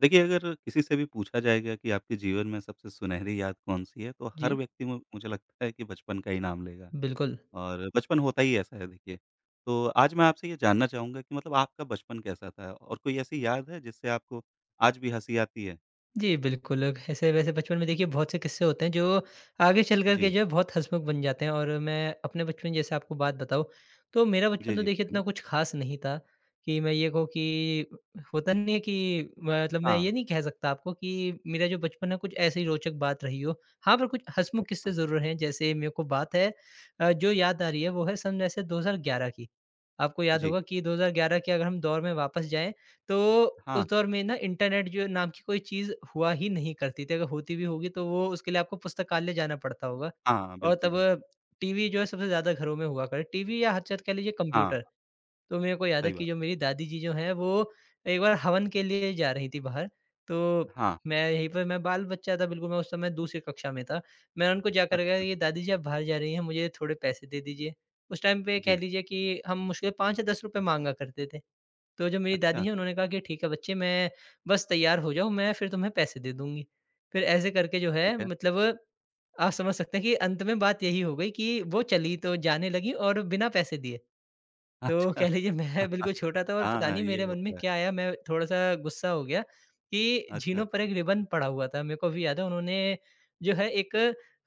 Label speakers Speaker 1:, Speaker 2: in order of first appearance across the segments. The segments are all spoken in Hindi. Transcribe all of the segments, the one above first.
Speaker 1: देखिए, अगर किसी से भी पूछा जाएगा कि आपके जीवन में सबसे सुनहरी याद कौन-सी है, तो हर
Speaker 2: जी,
Speaker 1: व्यक्ति मु मुझे लगता है कि बचपन का ही नाम लेगा
Speaker 2: बिल्कुल।
Speaker 1: और बचपन होता ही ऐसा है देखिए। तो आज मैं आपसे ये जानना चाहूँगा कि मतलब आपका बचपन कैसा था और कोई ऐसी याद है जिससे आपको आज भी हँसी आती है?
Speaker 2: जी, बिल्कुल, ऐसे वैसे बचपन में देखिए बहुत से किस्से होते हैं जो आगे चल कर के
Speaker 1: जी।
Speaker 2: जो है बहुत हँसमुख बन जाते हैं, और मैं अपने बचपन जैसे आपको बात बताऊँ, तो मेरा बचपन
Speaker 1: जी,
Speaker 2: तो
Speaker 1: जी,
Speaker 2: देखिए इतना
Speaker 1: बताइए।
Speaker 2: कुछ ख़ास नहीं था कि मैं ये कहूँ कि होता नहीं है कि मतलब मैं
Speaker 1: हाँ,
Speaker 2: ये नहीं कह सकता आपको कि मेरा जो बचपन है कुछ ऐसी रोचक बात रही हो। हाँ, पर कुछ हँसमुख किस्से
Speaker 1: अच्छा।
Speaker 2: ज़रूर हैं, जैसे मेरे को बात है, जो याद आ रही है वो है सन वैसे 2011 की। आपको याद
Speaker 1: जी।
Speaker 2: होगा कि 2011 के अगर हम दौर में वापस जाएँ, तो उस
Speaker 1: हाँ,
Speaker 2: दौर में ना इंटरनेट जो नाम की कोई चीज़ हुआ ही नहीं करती थी, अगर होती भी होगी तो वो उसके लिए आपको पुस्तकालय जाना पड़ता होगा।
Speaker 1: हाँ,
Speaker 2: और
Speaker 1: बिल्कुल,
Speaker 2: तब
Speaker 1: बिल्कुल।
Speaker 2: TV जो है सबसे ज़्यादा घरों में हुआ करे, TV या हद से हद कह लीजिए
Speaker 1: हाँ,
Speaker 2: कंप्यूटर। तो मेरे को याद है
Speaker 1: सही
Speaker 2: कि
Speaker 1: बात।
Speaker 2: जो मेरी दादी जी जो हैं वो एक बार हवन के लिए जा रही थी बाहर, तो
Speaker 1: हाँ,
Speaker 2: मैं यहीं पर मैं बाल-बच्चा था बिल्कुल, मैं उस समय दूसरी कक्षा में था। मैंने उनको जाकर के कहा
Speaker 1: अच्छा।
Speaker 2: कि दादी जी आप बाहर जा रही हैं, मुझे थोड़े पैसे दे दीजिए। उस टाइम पे कह
Speaker 1: जी।
Speaker 2: लीजिए कि हम मुश्किल 5 या ₹10 माँगा करते थे। तो जो मेरी दादी
Speaker 1: अच्छा,
Speaker 2: हैं उन्होंने कहा कि ठीक है बच्चे, मैं बस तैयार हो जाओ, मैं फिर तुम्हें पैसे दे दूँगी। फिर ऐसे करके जो
Speaker 1: ठीक
Speaker 2: है
Speaker 1: है।
Speaker 2: मतलब आप समझ सकते हैं कि अंत में बात यही हो गई कि वो चली तो जाने लगी, और बिना पैसे दिए। तो कह
Speaker 1: अच्छा।
Speaker 2: लीजिए मैं बिल्कुल छोटा था, और
Speaker 1: हाँ,
Speaker 2: पता
Speaker 1: हाँ,
Speaker 2: नहीं
Speaker 1: ये
Speaker 2: मेरे मन में
Speaker 1: होता है।
Speaker 2: क्या आया, मैं थोड़ा-सा गुस्सा हो गया कि
Speaker 1: अच्छा,
Speaker 2: झीनों पर एक रिबन पड़ा हुआ था। मेरे को अभी याद है उन्होंने जो है एक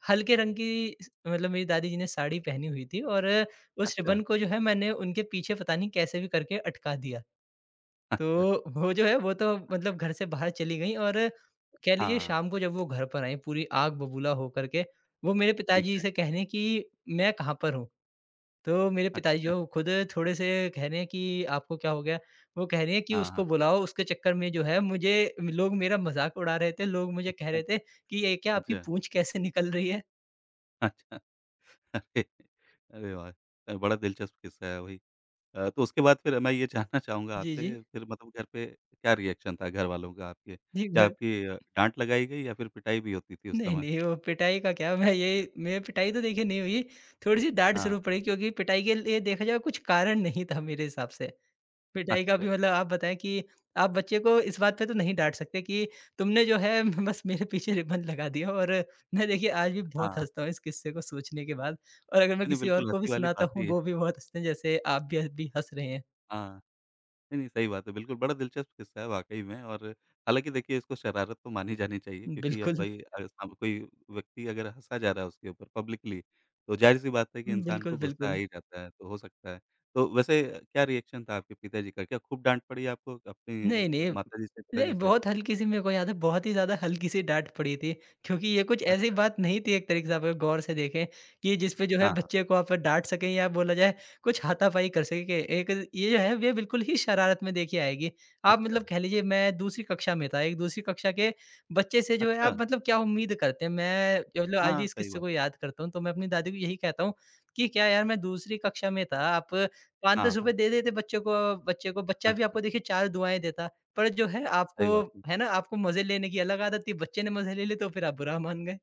Speaker 2: हल्के रंग की स मतलब मेरी दादी जी ने साड़ी पहनी हुई थी, और उस
Speaker 1: अच्छा,
Speaker 2: रिबन को जो है मैंने उनके पीछे पता नहीं कैसे भी करके अटका दिया।
Speaker 1: अच्छा।
Speaker 2: तो वो जो है वो तो मतलब घर से बाहर चली गईं, और कह लीजिए
Speaker 1: हाँ,
Speaker 2: शाम को जब वो घर पर आईं पूरी आग बबूला हो करके, वो मेरे
Speaker 1: ठीक
Speaker 2: पिताजी
Speaker 1: है।
Speaker 2: से कह रही हैं कि मैं कहाँ पर हूँ? तो मेरे पिताजी
Speaker 1: अच्छा,
Speaker 2: जो खुद थोड़े-से कह रहे हैं कि आपको क्या हो गया? वो कह रही हैं कि
Speaker 1: हाँ, हाँ।
Speaker 2: उसको बुलाओ, उसके चक्कर में जो है मुझे लोग मेरा मज़ाक उड़ा रहे थे, लोग मुझे कह
Speaker 1: अ,
Speaker 2: रहे थे कि ये क्या आपकी
Speaker 1: अच्छा,
Speaker 2: पूँछ कैसे निकल रही है?
Speaker 1: अच्छा। अरे! अरे वाह! बड़ा दिलचस्प किस्सा है वही। तो उसके बाद फिर मैं ये जानना चाहूँगा
Speaker 2: जी,
Speaker 1: आपसे
Speaker 2: जी।
Speaker 1: फिर मतलब घर पे क्या रिएक्शन था घरवालों का आपके?
Speaker 2: जी,
Speaker 1: क्या
Speaker 2: घर
Speaker 1: आपकी डाँट लगाई गई या फिर पिटाई भी होती थी उस
Speaker 2: नहीं,
Speaker 1: समय?
Speaker 2: नहीं, वो पिटाई का क्या, मैं पिटाई तो देखिए नहीं हुई, थोड़ी-सी डाँट
Speaker 1: हाँ,
Speaker 2: ज़रूर पड़ी, क्योंकि पिटाई के लिए देखा जाए कुछ कारण नहीं था मेरे हिसाब से। पिटाई का
Speaker 1: अच्छा।
Speaker 2: भी मतलब आप बताएँ कि आप बच्चे को इस बात पे तो नहीं डाँट सकते कि तुमने जो है बस मेरे पीछे रिबन लगा दिया, और मैं देखिए आज भी
Speaker 1: हाँ,
Speaker 2: बहुत हँसता
Speaker 1: नहीं,
Speaker 2: हूँ इस किस्से को सोचने के बाद, और अगर मैं
Speaker 1: नहीं
Speaker 2: किसी और
Speaker 1: बिल्कुल
Speaker 2: को भी
Speaker 1: हँसी वाली
Speaker 2: सुनाता
Speaker 1: बात
Speaker 2: हूँ,
Speaker 1: ही है।
Speaker 2: वो भी बहुत हँसते हैं, जैसे आप भी अभी हँस रहे हैं।
Speaker 1: हाँ। नहीं, नहीं, सही बात है, बिल्कुल, बड़ा दिलचस्प किस्सा है वाक़ई में और हालाँकि देखिए इसको शरारत तो मानी जानी चाहिए क्योंकि अब
Speaker 2: बिल्कुल,
Speaker 1: भाई साम कोई व्यक्ति अगर हँसा जा रहा है उसके ऊपर पब्लिकली, तो ज़ाहिर-सी बात है कि इंसान को
Speaker 2: बिल्कुल,
Speaker 1: गुस्सा आ
Speaker 2: बिल्कुल।
Speaker 1: ही जाता है, तो हो सकता है। तो वैसे क्या रिएक्शन था आपके पिताजी का? क्या खूब डाँट पड़ी आपको अपनी
Speaker 2: नहीं, नहीं।
Speaker 1: माताजी से,
Speaker 2: नहीं,
Speaker 1: पिताजी से?
Speaker 2: बहुत हल्की-सी मेरे को याद है, बहुत ही ज़्यादा हल्की-सी डाँट पड़ी थी, क्योंकि ये कुछ ऐसी
Speaker 1: अच्छा,
Speaker 2: बात नहीं थी एक तरीके से, आप अगर गौर से देखें कि जिस पे जो है
Speaker 1: हाँ, हाँ,
Speaker 2: बच्चे को आप डाँट सकें या बोला जाए कुछ हाथापाई कर सकें। एक ये जो है, ये बिल्कुल ही शरारत में देखिए आएगी। आप
Speaker 1: अच्छा,
Speaker 2: मतलब कह लीजिए मैं दूसरी कक्षा में था, एक दूसरी कक्षा के बच्चे से जो है आप
Speaker 1: अच्छा,
Speaker 2: मतलब क्या उम्मीद करते हैं? मैं मतलब आज भी
Speaker 1: हाँ,
Speaker 2: इस
Speaker 1: सही
Speaker 2: किस्से
Speaker 1: बात।
Speaker 2: को याद करता हूँ, तो मैं अपनी दादी को यही कहता हूँ कि क्या यार मैं दूसरी कक्षा में था, आप
Speaker 1: हाँ,
Speaker 2: 5-10 रुपए
Speaker 1: हाँ,
Speaker 2: दे देते बच्चे को। बच्चा
Speaker 1: हाँ,
Speaker 2: भी
Speaker 1: हाँ,
Speaker 2: आपको देखिए 4 दुआएँ देता। पर जो है
Speaker 1: सही
Speaker 2: आपको,
Speaker 1: बात है।
Speaker 2: है ना, आपको मज़े लेने की अलग आदत थी, बच्चे ने मज़े ले लिए तो फिर आप बुरा मान गए।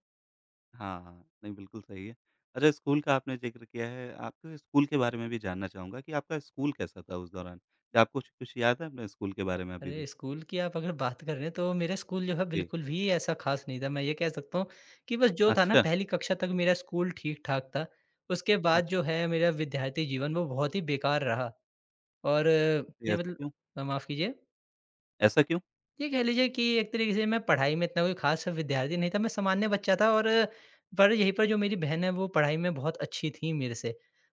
Speaker 1: हाँ, नहीं बिल्कुल सही है। अच्छा स्कूल का आपने ज़िक्र किया है, आपके स्कूल के बारे में भी जानना चाहूँगा कि आपका स्कूल कैसा था उस दौरान? क्या आपको कुछ कुछ याद है अपने स्कूल के बारे में अभी
Speaker 2: अरे!
Speaker 1: भी?
Speaker 2: स्कूल की आप अगर बात कर रहे हैं तो मेरा स्कूल जो है
Speaker 1: जी।
Speaker 2: बिल्कुल भी ऐसा ख़ास नहीं था। मैं ये कह सकता हूँ कि बस जो था ना
Speaker 1: अच्छा,
Speaker 2: पहली कक्षा तक मेरा स्कूल ठीक-ठाक था। उसके बाद जो
Speaker 1: अच्छा।
Speaker 2: है मेरा विद्यार्थी जीवन वो बहुत ही बेकार रहा, और
Speaker 1: जी,
Speaker 2: ये
Speaker 1: ऐसा
Speaker 2: मतलब
Speaker 1: क्यों?
Speaker 2: माफ़ कीजिए।
Speaker 1: ऐसा क्यों?
Speaker 2: ये कह लीजिए कि एक तरीके से मैं पढ़ाई में इतना कोई ख़ास विद्यार्थी नहीं था, मैं सामान्य बच्चा था, और पर यहीं पर जो मेरी बहन है वो पढ़ाई में बहुत अच्छी थी मेरे से।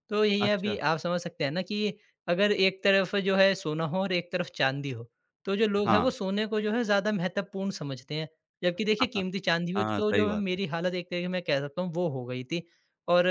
Speaker 2: तो यही है, अभी
Speaker 1: अच्छा।
Speaker 2: आप समझ सकते हैं ना कि अगर एक तरफ जो है सोना हो और एक तरफ चाँदी हो, तो जो लोग हैं वो
Speaker 1: हाँ।
Speaker 2: सोने को जो है ज़्यादा महत्वपूर्ण समझते हैं। जबकि देखिए कीमती चाँदी हो,
Speaker 1: हाँ, हाँ
Speaker 2: तो जो
Speaker 1: सही
Speaker 2: है
Speaker 1: बात है।
Speaker 2: मेरी हालत एक तरीके से मैं कह सकता हूँ वो हो गई थी। और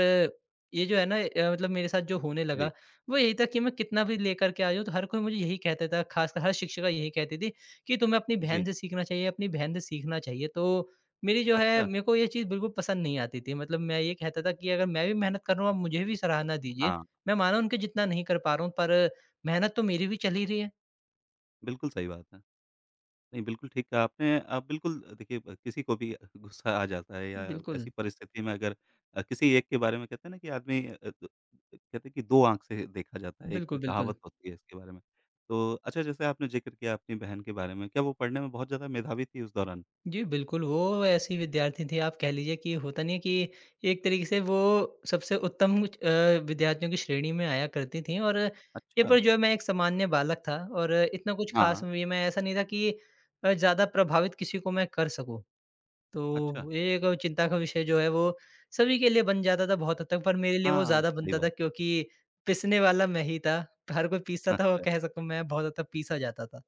Speaker 2: ये जो है ना मतलब मेरे साथ जो होने लगा
Speaker 1: जी,
Speaker 2: वो यही था कि मैं कितना भी लेकर के आ जाऊँ तो हर कोई मुझे यही कहता था, ख़ासकर हर शिक्षिका यही कहती थी कि तुम्हें अपनी
Speaker 1: जी।
Speaker 2: बहन से सीखना चाहिए, अपनी बहन से सीखना चाहिए। तो मेरी जो है
Speaker 1: अच्छा,
Speaker 2: मेरे को ये चीज़ बिल्कुल पसंद नहीं आती थी। मतलब मैं ये कहता था कि अगर मैं भी मेहनत कर रहा हूँ, आप मुझे भी सराहना दीजिए।
Speaker 1: हाँ,
Speaker 2: मैं माना उनके जितना नहीं कर पा रहा हूँ, पर मेहनत तो मेरी भी चल ही रही है।
Speaker 1: बिल्कुल सही बात है। नहीं, बिल्कुल ठीक कहा आपने। आप बिल्कुल देखिए ब किसी को भी गुस्सा आ जाता है या
Speaker 2: बिल्कुल।
Speaker 1: ऐसी परिस्थिति में अगर किसी एक के बारे में कहते हैं ना कि आदमी अ, द कहते हैं कि 2 आँख से देखा जाता है, एक
Speaker 2: बिल्कुल, बिल्कुल।
Speaker 1: कहावत होती है इसके बारे में। तो अच्छा जैसे आपने ज़िक्र किया अपनी बहन के बारे में, क्या वो पढ़ने में बहुत ज़्यादा मेधावी थी उस दौरान?
Speaker 2: जी, बिल्कुल, वो ऐसी विद्यार्थी थी, आप कह लीजिए कि होता नहीं है कि, एक तरीके से वो सबसे उत्तम विद्यार्थियों की श्रेणी में आया करती थी, और ये
Speaker 1: अच्छा,
Speaker 2: पर जो है मैं एक सामान्य बालक था, और इतना कुछ ख़ास
Speaker 1: हाँ,
Speaker 2: भी मैं ऐसा नहीं था कि ज़्यादा प्रभावित किसी को मैं कर सकूँ।
Speaker 1: अच्छा।
Speaker 2: तो ये एक चिंता का विषय जो है वो सभी के लिए बन जाता था बहुत हद तक, पर मेरे लिए वो
Speaker 1: हाँ,
Speaker 2: ज़्यादा
Speaker 1: सही
Speaker 2: बनता था
Speaker 1: बात।
Speaker 2: क्योंकि पिसने वाला मैं ही था। हर कोई पीसता था, और
Speaker 1: अच्छा,
Speaker 2: कह सकूँ मैं बहुत हद तक पीसा जाता था।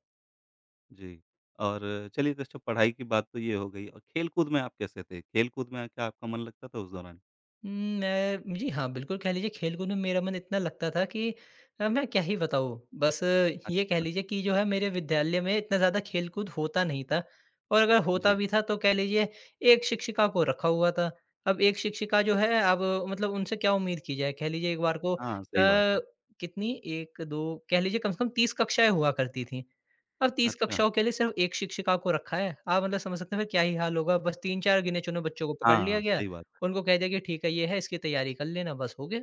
Speaker 1: जी। और चलिए तो अच्छा पढ़ाई की बात तो ये हो गई और खेलकूद में आप कैसे थे? खेलकूद में क्या आपका मन लगता था उस दौरान?
Speaker 2: उम, मैं जी हाँ, बिल्कुल कह लीजिए खेल-कूद में मेरा मन इतना लगता था कि मैं क्या ही बताऊँ। बस ये कह
Speaker 1: अच्छा,
Speaker 2: लीजिए कि जो है मेरे विद्यालय में इतना ज़्यादा खेल-कूद होता नहीं था, और अगर होता
Speaker 1: जी।
Speaker 2: भी था तो कह लीजिए एक शिक्षिका को रखा हुआ था। अब एक शिक्षिका जो है, अब मतलब उनसे क्या उम्मीद की जाए? कह लीजिए एक बार को
Speaker 1: हाँ, सही बात है।
Speaker 2: कितनी 1, 2, कह लीजिए कम से कम 30 कक्षाएँ हुआ करती थी। अब 30
Speaker 1: अच्छा।
Speaker 2: कक्षाओं के लिए सिर्फ़ 1 शिक्षिका को रखा है। आप मतलब समझ सकते हैं फिर क्या ही हाल होगा। बस 3-4 गिने-चुने बच्चों को पकड़ लिया
Speaker 1: हाँ,
Speaker 2: गया,
Speaker 1: सही बात है,
Speaker 2: उनको कह दिया कि ठीक है ये है, इसकी तैयारी कर लेना, बस हो गया।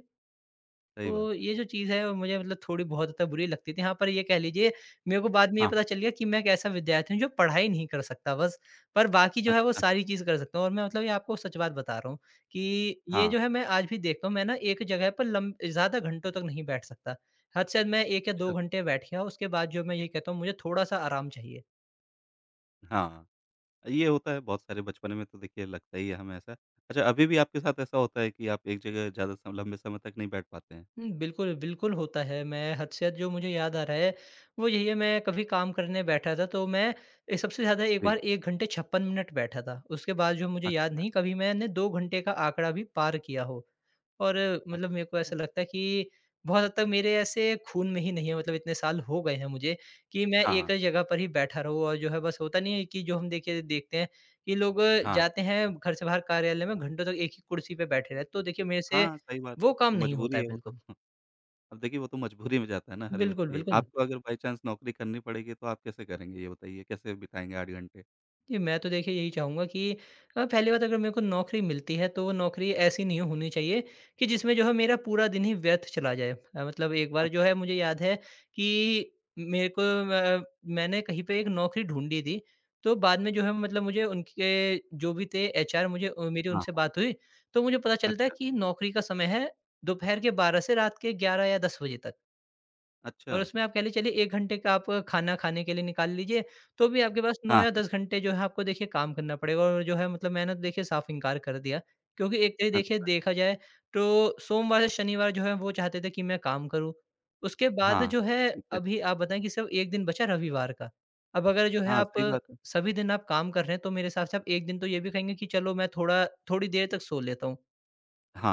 Speaker 1: सही बात
Speaker 2: तो
Speaker 1: है।
Speaker 2: ये जो चीज़ है वो मुझे मतलब थोड़ी बहुत ज़्यादा बुरी लगती थी। हाँ, पर ये कह लीजिए मेरे को बाद में ये
Speaker 1: हाँ,
Speaker 2: पता चल गया कि मैं एक ऐसा विद्यार्थी हूँ जो पढ़ाई नहीं कर सकता बस, पर बाकी जो है वो
Speaker 1: अच्छा
Speaker 2: सारी चीज़ कर सकता हूँ। और मैं मतलब ये आपको सच बात बता रहा हूँ कि ये
Speaker 1: हाँ,
Speaker 2: जो है मैं आज भी देखता हूँ, मैं ना एक जगह पर लम ज़्यादा घंटों तक नहीं बैठ सकता। हद से हद मैं 1 या 2
Speaker 1: अच्छा
Speaker 2: घंटे बैठ गया, उसके बाद जो मैं ये कहता हूँ मुझे थोड़ा-सा आराम चाहिए।
Speaker 1: हाँ, ये होता है बहुत सारे बचपन में तो देखिए लगता ही है हमें ऐसा। अच्छा अभी भी आपके साथ ऐसा होता है कि आप एक जगह ज़्यादा सम लंबे समय तक नहीं बैठ पाते हैं?
Speaker 2: हुँ, बिल्कुल, बिल्कुल होता है। मैं हद से हद जो मुझे याद आ रहा है, वो यही है मैं कभी काम करने बैठा था तो मैं सबसे ज़्यादा एक बार
Speaker 1: जी,
Speaker 2: 1 घंटे 56 मिनट बैठा था। उसके बाद जो मुझे याद
Speaker 1: अच्छा,
Speaker 2: नहीं कभी मैंने 2 घंटे का आंकड़ा भी पार किया हो। और मतलब मेरे को
Speaker 1: अच्छा।
Speaker 2: ऐसा लगता है कि बहुत हद तक मेरे ऐसे खून में ही नहीं है, मतलब इतने साल हो गए हैं मुझे कि मैं
Speaker 1: हाँ,
Speaker 2: एक
Speaker 1: हाँ,
Speaker 2: ही जगह पर ही बैठा रहूँ, और जो है बस होता नहीं है कि जो हम देखिए देखते हैं कि लोग
Speaker 1: हाँ,
Speaker 2: जाते हैं घर से बाहर कार्यालय में घंटों तक एक ही कुर्सी पे बैठे रहते हैं। तो देखिए मेरे से
Speaker 1: हाँ, सही बात,
Speaker 2: वो काम
Speaker 1: तो
Speaker 2: नहीं होता
Speaker 1: मजबूरी
Speaker 2: है
Speaker 1: है वो तो।
Speaker 2: बिल्कुल।
Speaker 1: अब देखिए वो तो मजबूरी में जाता है ना हर
Speaker 2: बिल्कुल,
Speaker 1: व्यक्ति।
Speaker 2: बिल्कुल।
Speaker 1: आपको अगर बाय चांस नौकरी करनी पड़ेगी तो आप कैसे करेंगे ये बताइए? कैसे बिताएँगे 8 घंटे?
Speaker 2: जी, मैं तो देखिए यही चाहूँगा कि पहली बात अगर मेरे को नौकरी मिलती है तो वो नौकरी ऐसी नहीं होनी चाहिए कि जिसमें जो है मेरा पूरा दिन ही व्यर्थ चला जाए। मतलब एक बार जो है
Speaker 1: अच्छा,
Speaker 2: मुझे याद है कि मेरे को अ, मैंने कहीं पे एक नौकरी ढूँढी थी, तो बाद में जो है मतलब मुझे उनके जो भी थे HR, मुझे मेरी
Speaker 1: हाँ,
Speaker 2: उनसे बात हुई, तो मुझे पता चलता है
Speaker 1: अच्छा,
Speaker 2: कि नौकरी का समय है दोपहर के 12 से रात के 11 या 10 बजे तक।
Speaker 1: अच्छा,
Speaker 2: और उसमें आप कह ले चलिए 1 घंटे का आप खाना खाने के लिए निकाल लीजिए, तो भी आपके पास 9
Speaker 1: हाँ,
Speaker 2: या 10 घंटे जो है आपको देखिए काम करना पड़ेगा और जो है मतलब मैंने तो देखिए साफ़ इनकार कर दिया। क्योंकि एक तरह देखिए
Speaker 1: अच्छा,
Speaker 2: देखा जाए तो सोमवार से शनिवार जो है वो चाहते थे कि मैं काम करूँ। उसके बाद
Speaker 1: हाँ,
Speaker 2: जो है
Speaker 1: ठीक है।
Speaker 2: अभी आप बताएँ कि सिर्फ़ 1 दिन बचा रविवार का। अब अगर जो है
Speaker 1: हाँ,
Speaker 2: आप
Speaker 1: सही बात है।
Speaker 2: सभी दिन आप काम कर रहे हैं तो मेरे हिसाब से आप 1 दिन तो ये भी कहेंगे कि चलो मैं थोड़ा थोड़ी देर तक सो लेता हूँ।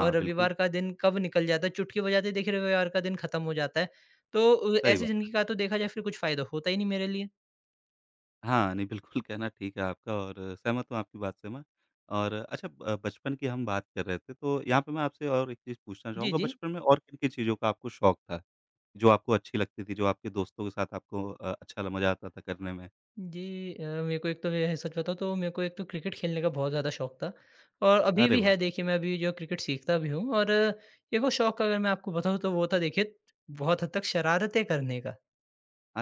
Speaker 2: और
Speaker 1: बिल्कुल,
Speaker 2: रविवार का दिन कब निकल जाता है, चुटकी बजाते ही देखिए रविवार का दिन खत्म हो जाता है। तो
Speaker 1: सही
Speaker 2: ऐसी
Speaker 1: बात
Speaker 2: ज़िंदगी
Speaker 1: है।
Speaker 2: का तो देखा जाए फिर कुछ फ़ायदा होता ही नहीं मेरे लिए।
Speaker 1: हाँ, नहीं बिल्कुल कहना ठीक है आपका और सहमत हूँ आपकी बात से मैं। और अच्छा ब बचपन की हम बात कर रहे थे तो यहाँ पे मैं आपसे और एक चीज़ पूछना
Speaker 2: जी,
Speaker 1: चाहूँगा
Speaker 2: जी।
Speaker 1: बचपन में और किन-किन चीज़ों का आपको शौक था? जो आपको अच्छी लगती थी, जो आपके दोस्तों के साथ आपको अच्छा ल मज़ा आता था करने में?
Speaker 2: जी, मेरे को एक तो ये है सच बताऊँ तो मेरे को एक तो क्रिकेट खेलने का बहुत ज़्यादा शौक था और अभी
Speaker 1: अरे
Speaker 2: भी
Speaker 1: वाह!
Speaker 2: है देखिए मैं अभी जो क्रिकेट सीखता भी हूँ और एक और शौक अगर मैं आपको बताऊँ तो वो था देखिए बहुत हद तक शरारतें करने का।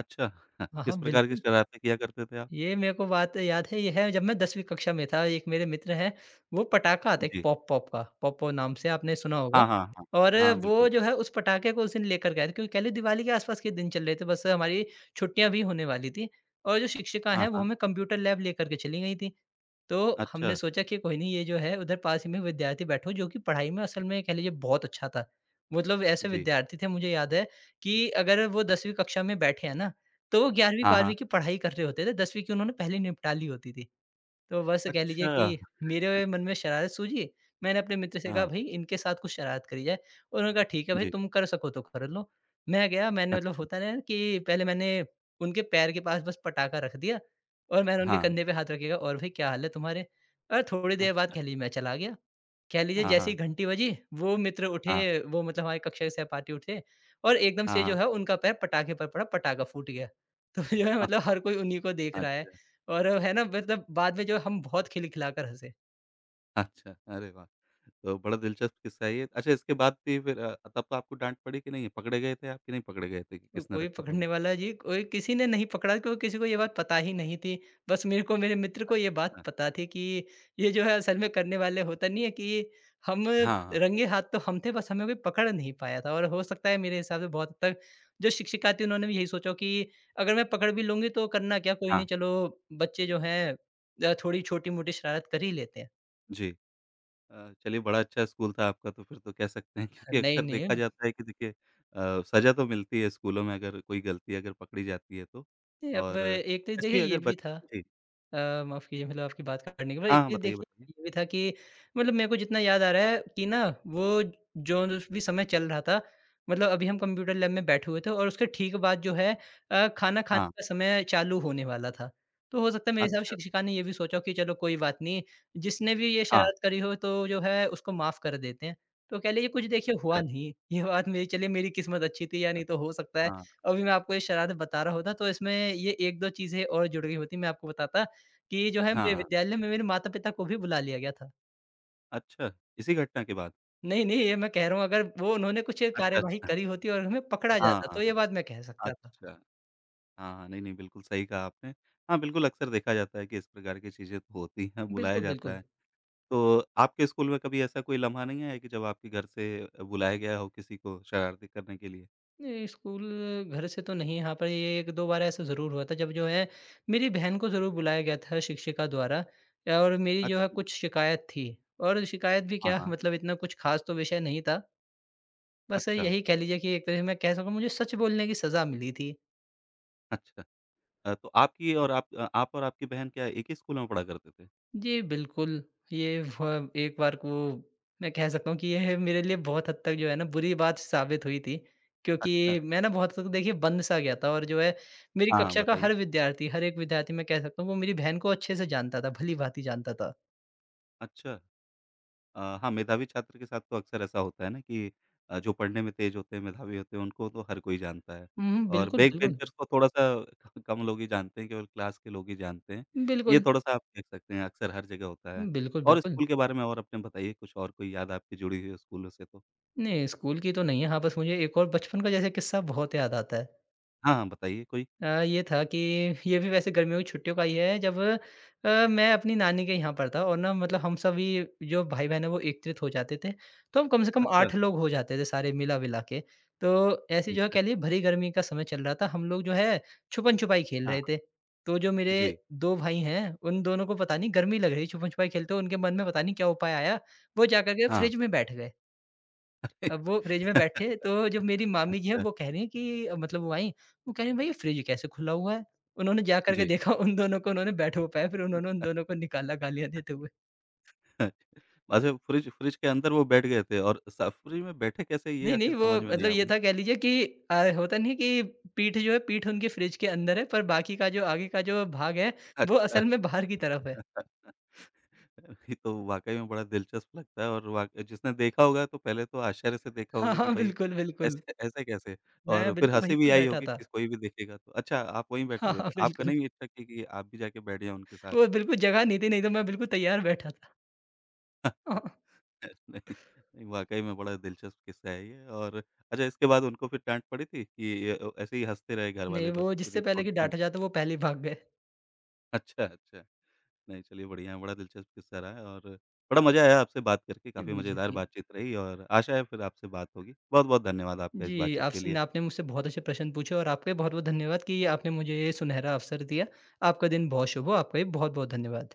Speaker 1: अच्छा
Speaker 2: हाँ, हाँ,
Speaker 1: किस प्रकार की
Speaker 2: बिल्कुल।
Speaker 1: शरारतें किया करते थे आप?
Speaker 2: ये मेरे को बात याद है, ये है जब मैं 10वीं कक्षा में था, एक मेरे मित्र हैं, वो पटाखा आता है एक
Speaker 1: जी।
Speaker 2: पॉप-पॉप का, पॉप-पॉप नाम से आपने सुना होगा।
Speaker 1: हाँ, हाँ, हाँ।
Speaker 2: और
Speaker 1: हाँ,
Speaker 2: वो
Speaker 1: बिल्कुल।
Speaker 2: जो है उस पटाखे को उस दिन लेकर गए थे क्योंकि कह लीजिए दिवाली के आस-पास के दिन चल रहे थे, बस हमारी छुट्टियाँ भी होने वाली थी। और जो शिक्षिका
Speaker 1: हाँ,
Speaker 2: हैं वो
Speaker 1: हाँ।
Speaker 2: हमें कंप्यूटर लैब लेकर के चली गई थीं। तो हमने
Speaker 1: अच्छा,
Speaker 2: सोचा कि कोई नहीं, ये जो है उधर पास ही में विद्यार्थी बैठा हो जो कि पढ़ाई में असल में कह लीजिए बहुत अच्छा था। मतलब ऐसे
Speaker 1: जी।
Speaker 2: विद्यार्थी थे मुझे याद है कि अगर वो 10वीं कक्षा में बैठे हैं ना, तो वो
Speaker 1: हाँ,
Speaker 2: 11वीं-12वीं
Speaker 1: हाँ।
Speaker 2: की पढ़ाई कर रहे होते थे, 10वीं की उन्होंने पहले निपटा ली होती थी। तो बस कह लीजिए
Speaker 1: अच्छा!
Speaker 2: कि मेरे मन में शरारत सूझी, मैंने अपने मित्र से कहा,
Speaker 1: हाँ,
Speaker 2: "भई इनके साथ कुछ शरारत करी जाए।" और उन्होंने कहा, "ठीक है भई,
Speaker 1: जी।
Speaker 2: तुम कर सको तो कर लो।" मैं गया, मैंने मतलब
Speaker 1: अच्छा।
Speaker 2: होता ना है कि पहले मैंने उनके पैर के पास बस पटाखा रख दिया और मैंने उनके
Speaker 1: हाँ।
Speaker 2: कंधे पे हाथ रखेगा और, "भई क्या हाल है तुम्हारे?" और थोड़ी देर बाद
Speaker 1: अच्छा।
Speaker 2: कह लीजिए मैं चला गया। कह लीजिए
Speaker 1: हाँ,
Speaker 2: जैसे
Speaker 1: हाँ।
Speaker 2: ही घंटी बजी, वो मित्र
Speaker 1: हाँ,
Speaker 2: उठे, वो मतलब हमारे कक्षा के सहपाठी उठे और एकदम
Speaker 1: हाँ,
Speaker 2: से जो
Speaker 1: हाँ।
Speaker 2: है उनका पैर पटाखे पर पड़ा, पटाखा फूट गया। तो जो है
Speaker 1: हाँ,
Speaker 2: मतलब हर कोई उन्हीं को देख रहा है
Speaker 1: अच्छा,
Speaker 2: और है ना मतलब बाद में जो हम बहुत खिलखिलाकर हँसे।
Speaker 1: अच्छा। अरे वाह! तो बड़ा दिलचस्प किस्सा है ये। अच्छा इसके बाद भी फिर तब तो आपको डाँट पड़ी कि नहीं? पकड़े गए थे आप कि नहीं पकड़े गए थे कि
Speaker 2: को
Speaker 1: किसने
Speaker 2: कोई
Speaker 1: रखा था
Speaker 2: पकड़ने
Speaker 1: वो?
Speaker 2: वाला, जी, कोई किसी ने नहीं पकड़ा क्योंकि किसी को ये बात पता ही नहीं थी। बस मेरे को मेरे मित्र को ये बात
Speaker 1: अच्छा।
Speaker 2: पता थी कि ये जो है असल में करने वाले होता नहीं है कि हम
Speaker 1: हाँ, हाँ।
Speaker 2: रंगे हाथ तो हम थे, बस हमें कोई पकड़ नहीं पाया था और हो सकता है मेरे हिसाब से बहुत हद तक जो शिक्षिका थी उन्होंने भी यही सोचा कि अगर मैं पकड़ भी लूँगी तो करना क्या, कोई
Speaker 1: हाँ,
Speaker 2: नहीं, चलो बच्चे जो हैं थोड़ी छोटी-मोटी शरारत कर ही लेते हैं।
Speaker 1: जी। चलिए बड़ा अच्छा स्कूल था आपका तो फिर तो कह सकते हैं क्योंकि
Speaker 2: नहीं,
Speaker 1: अक्सर
Speaker 2: नहीं,
Speaker 1: देखा जाता है कि देखिए सज़ा तो मिलती है स्कूलों में अगर कोई गलती अगर पकड़ी जाती है तो।
Speaker 2: ये अब
Speaker 1: और
Speaker 2: एक तो
Speaker 1: ऐसे
Speaker 2: देखिए
Speaker 1: ही
Speaker 2: ये
Speaker 1: अगर
Speaker 2: भी
Speaker 1: बच
Speaker 2: था।
Speaker 1: जी।
Speaker 2: माफ़ कीजिए, मतलब आपकी बात काटने के बाद
Speaker 1: हाँ,
Speaker 2: एक
Speaker 1: हाँ,
Speaker 2: चीज़
Speaker 1: बताइए,
Speaker 2: देखिए
Speaker 1: बताइए।
Speaker 2: ये भी था कि मतलब मेरे को जितना याद आ रहा है कि ना, वो जो भी समय चल रहा था, मतलब अभी हम कंप्यूटर लैब में बैठे हुए थे और उसके ठीक बाद जो है खाना खाने
Speaker 1: हाँ,
Speaker 2: का समय चालू होने वाला था। तो हो सकता है मेरे हिसाब से
Speaker 1: अच्छा।
Speaker 2: शिक्षिका ने ये भी सोचा हो कि चलो कोई बात नहीं, जिसने भी ये
Speaker 1: हाँ,
Speaker 2: शरारत करी हो तो जो है उसको माफ़ कर देते हैं। तो कह लीजिए कुछ देखिए हुआ
Speaker 1: अच्छा।
Speaker 2: नहीं, ये बात मेरी, चलिए मेरी किस्मत अच्छी थी या नहीं, तो हो सकता है
Speaker 1: हाँ,
Speaker 2: अभी मैं आपको ये शरारत बता रहा होता तो इसमें ये 1-2 चीज़ें और जुड़ गई होती, मैं आपको बताता। कि जो है
Speaker 1: हाँ,
Speaker 2: मेरे
Speaker 1: हाँ।
Speaker 2: विद्यालय में मेरे माता-पिता को भी बुला लिया गया था।
Speaker 1: अच्छा, इसी घटना के बाद?
Speaker 2: नहीं, नहीं, ये मैं कह रहा हूँ अगर वो उन्होंने कुछ
Speaker 1: अच्छा,
Speaker 2: कार्यवाही
Speaker 1: अच्छा।
Speaker 2: करी होती और हमें पकड़ा
Speaker 1: हाँ,
Speaker 2: जाता
Speaker 1: हाँ,
Speaker 2: तो ये
Speaker 1: हाँ।
Speaker 2: बात मैं कह सकता था।
Speaker 1: अच्छा। हाँ, हाँ। नहीं, नहीं, बिल्कुल सही कहा आपने। हाँ, बिल्कुल अक्सर देखा जाता है कि इस प्रकार की चीज़ें तो होती हैं, बुलाया
Speaker 2: बिल्कुल,
Speaker 1: जाता
Speaker 2: बिल्कुल।
Speaker 1: है। तो आपके स्कूल में कभी ऐसा कोई लम्हा नहीं आया कि जब आपके घर से बुलाया गया हो किसी को शरारती करने के लिए?
Speaker 2: ये स्कूल घर से तो नहीं, हाँ पर ये 1-2 बार ऐसा ज़रूर हुआ था जब जो है मेरी बहन को ज़रूर
Speaker 1: जी।
Speaker 2: बुलाया गया था शिक्षिका द्वारा और मेरी जो है
Speaker 1: अच्छा
Speaker 2: कुछ शिकायत थी, और शिकायत भी
Speaker 1: हाँ,
Speaker 2: क्या,
Speaker 1: हाँ।
Speaker 2: मतलब इतना कुछ ख़ास तो विषय नहीं था। बस
Speaker 1: अच्छा,
Speaker 2: यही कह लीजिए कि एक तरह से मैं कह सकूँ मुझे सच बोलने की सज़ा मिली थी।
Speaker 1: अच्छा। तो आपकी और आप और आपकी बहन क्या एक ही स्कूल में पढ़ा करते थे?
Speaker 2: जी, बिल्कुल। ये व एक बार को मैं कह सकता हूँ कि यह मेरे लिए बहुत हद तक जो है ना बुरी बात साबित हुई थी। क्योंकि
Speaker 1: अच्छा।
Speaker 2: मैं ना बहुत हद तक देखिए बंद-सा गया था और जो है मेरी
Speaker 1: हाँ, हाँ,
Speaker 2: कक्षा का
Speaker 1: बताइए।
Speaker 2: हर विद्यार्थी, हर एक विद्यार्थी, मैं कह सकता हूँ वो मेरी बहन को अच्छे से जानता था, भली-भाँति जानता था।
Speaker 1: अच्छा। हाँ, मेधावी छात्र के साथ तो अक्सर ऐसा होता है ना कि जो पढ़ने में तेज़ होते हैं, मेधावी होते हैं, उनको तो हर कोई जानता है
Speaker 2: हुँ, हुँ,
Speaker 1: और
Speaker 2: बिल्कुल,
Speaker 1: बैक
Speaker 2: बिल्कुल।
Speaker 1: बेंचर्स को थोड़ा-सा क कम लोग ही जानते हैं, केवल क्लास के लोग ही जानते हैं। ये
Speaker 2: बिल्कुल,
Speaker 1: थोड़ा-सा आप देख सकते हैं, अक्सर हर जगह होता है।
Speaker 2: बिल्कुल,
Speaker 1: और
Speaker 2: बिल्कुल।
Speaker 1: स्कूल के बारे में और अपने बताइए, कुछ और कोई याद आपकी जुड़ी हुई हो स्कूलों से तो?
Speaker 2: नहीं, स्कूल की तो नहीं है। हाँ, बस मुझे एक और बचपन का जैसे किस्सा बहुत याद आता है।
Speaker 1: हाँ, हाँ, बताइए कोई।
Speaker 2: ये था कि ये भी वैसे गर्मियों की छुट्टियों का ही है जब मैं अपनी नानी के यहाँ पर था और ना मतलब हम सभी जो भाई-बहन हैं वो एकत्रित हो जाते थे। तो हम कम से कम
Speaker 1: अच्छा,
Speaker 2: 8 लोग हो जाते थे सारे मिला-विला के। तो ऐसे
Speaker 1: ठीक
Speaker 2: जो है
Speaker 1: है।
Speaker 2: कह लिए भरी गर्मी का समय चल रहा था। हम लोग जो है छुपन-छुपाई खेल
Speaker 1: हाँ,
Speaker 2: रहे थे। तो जो मेरे
Speaker 1: जी,
Speaker 2: 2 भाई हैं उन दोनों को पता नहीं गर्मी लग रही, छुपन-छुपाई खेलते हुए उनके मन में पता नहीं क्या उपाय आया। वो जाकर के
Speaker 1: हाँ।
Speaker 2: फ्रिज में बैठ गए। अब वो फ्रिज में बैठे तो जब मेरी मामी जी हैं
Speaker 1: अच्छा,
Speaker 2: वो कह रही हैं कि मतलब वो आई, वो कह रही हैं, "भई ये फ्रिज कैसे खुला हुआ है?" उन्होंने जा कर के
Speaker 1: जी।
Speaker 2: देखा, उन दोनों को उन्होंने बैठो पाया, फिर उन्होंने उन दोनों को निकाला गालियाँ देते हुए।
Speaker 1: अच्छा, फ्रिज फ्रिज के अंदर वो बैठ गए थे और स फ्रिज में बैठे कैसे, ये
Speaker 2: नहीं, नहीं,
Speaker 1: आखिर
Speaker 2: वो
Speaker 1: समझ में नहीं
Speaker 2: मतलब
Speaker 1: आया
Speaker 2: ये
Speaker 1: मुझे।
Speaker 2: था कह लीजिए कि होता नहीं है कि पीठ जो है पीठ उनकी फ्रिज के अंदर है पर बाकी का जो आगे का जो भाग है वो
Speaker 1: अच्छा।
Speaker 2: असल में बाहर की तरफ है।
Speaker 1: ये तो वाक़ई में बड़ा दिलचस्प लगता है और वाक़ जिसने देखा होगा तो पहले तो आश्चर्य से देखा
Speaker 2: हाँ,
Speaker 1: होगा कि
Speaker 2: हाँ,
Speaker 1: भाई
Speaker 2: बिल्कुल, बिल्कुल।
Speaker 1: ऐसे ऐसे कैसे? और
Speaker 2: मैं
Speaker 1: फिर
Speaker 2: बिल्कुल वहीं
Speaker 1: हँसी
Speaker 2: पे
Speaker 1: भी आई
Speaker 2: बैठा
Speaker 1: होगी
Speaker 2: था।
Speaker 1: कि कोई भी देखेगा तो। अच्छा आप वहीं बैठे
Speaker 2: हाँ,
Speaker 1: हुए
Speaker 2: हाँ,
Speaker 1: थे, आपका
Speaker 2: बिल्कुल।
Speaker 1: नहीं इच्छा की कि आप भी जाके बैठ जाएँ उनके साथ?
Speaker 2: वो बिल्कुल जगह नहीं थी, नहीं तो मैं बिल्कुल तैयार बैठा था। हाँ,
Speaker 1: नहीं, नहीं वाक़ई में बड़ा दिलचस्प किस्सा है ये और अच्छा इसके बाद उनको फिर डाँट पड़ी थी कि ये ऐसे ही हँसते रहे
Speaker 2: नहीं,
Speaker 1: घरवाले बस
Speaker 2: वो
Speaker 1: कि
Speaker 2: जिससे
Speaker 1: नहीं
Speaker 2: पहले
Speaker 1: छोड़
Speaker 2: कि
Speaker 1: दिया?
Speaker 2: डाँटा जाता वो पहले ही भाग गए।
Speaker 1: अच्छा, अच्छा। नहीं, चलिए बढ़िया है, बड़ा दिलचस्प किस्सा रहा है और बड़ा मज़ा आया आपसे बात करके,
Speaker 2: जी,
Speaker 1: काफ़ी
Speaker 2: मुझे
Speaker 1: मज़ेदार
Speaker 2: भी।
Speaker 1: बातचीत रही और आशा है फिर आपसे बात होगी। बहुत-बहुत धन्यवाद आपका इस
Speaker 2: जी,
Speaker 1: बातचीत के
Speaker 2: आपसे
Speaker 1: लिए।
Speaker 2: आपने मुझसे बहुत अच्छे प्रश्न पूछे और आपका भी बहुत-बहुत धन्यवाद कि आपने मुझे ये सुनहरा अवसर दिया। आपका दिन बहुत शुभ हो, आपका भी बहुत-बहुत धन्यवाद।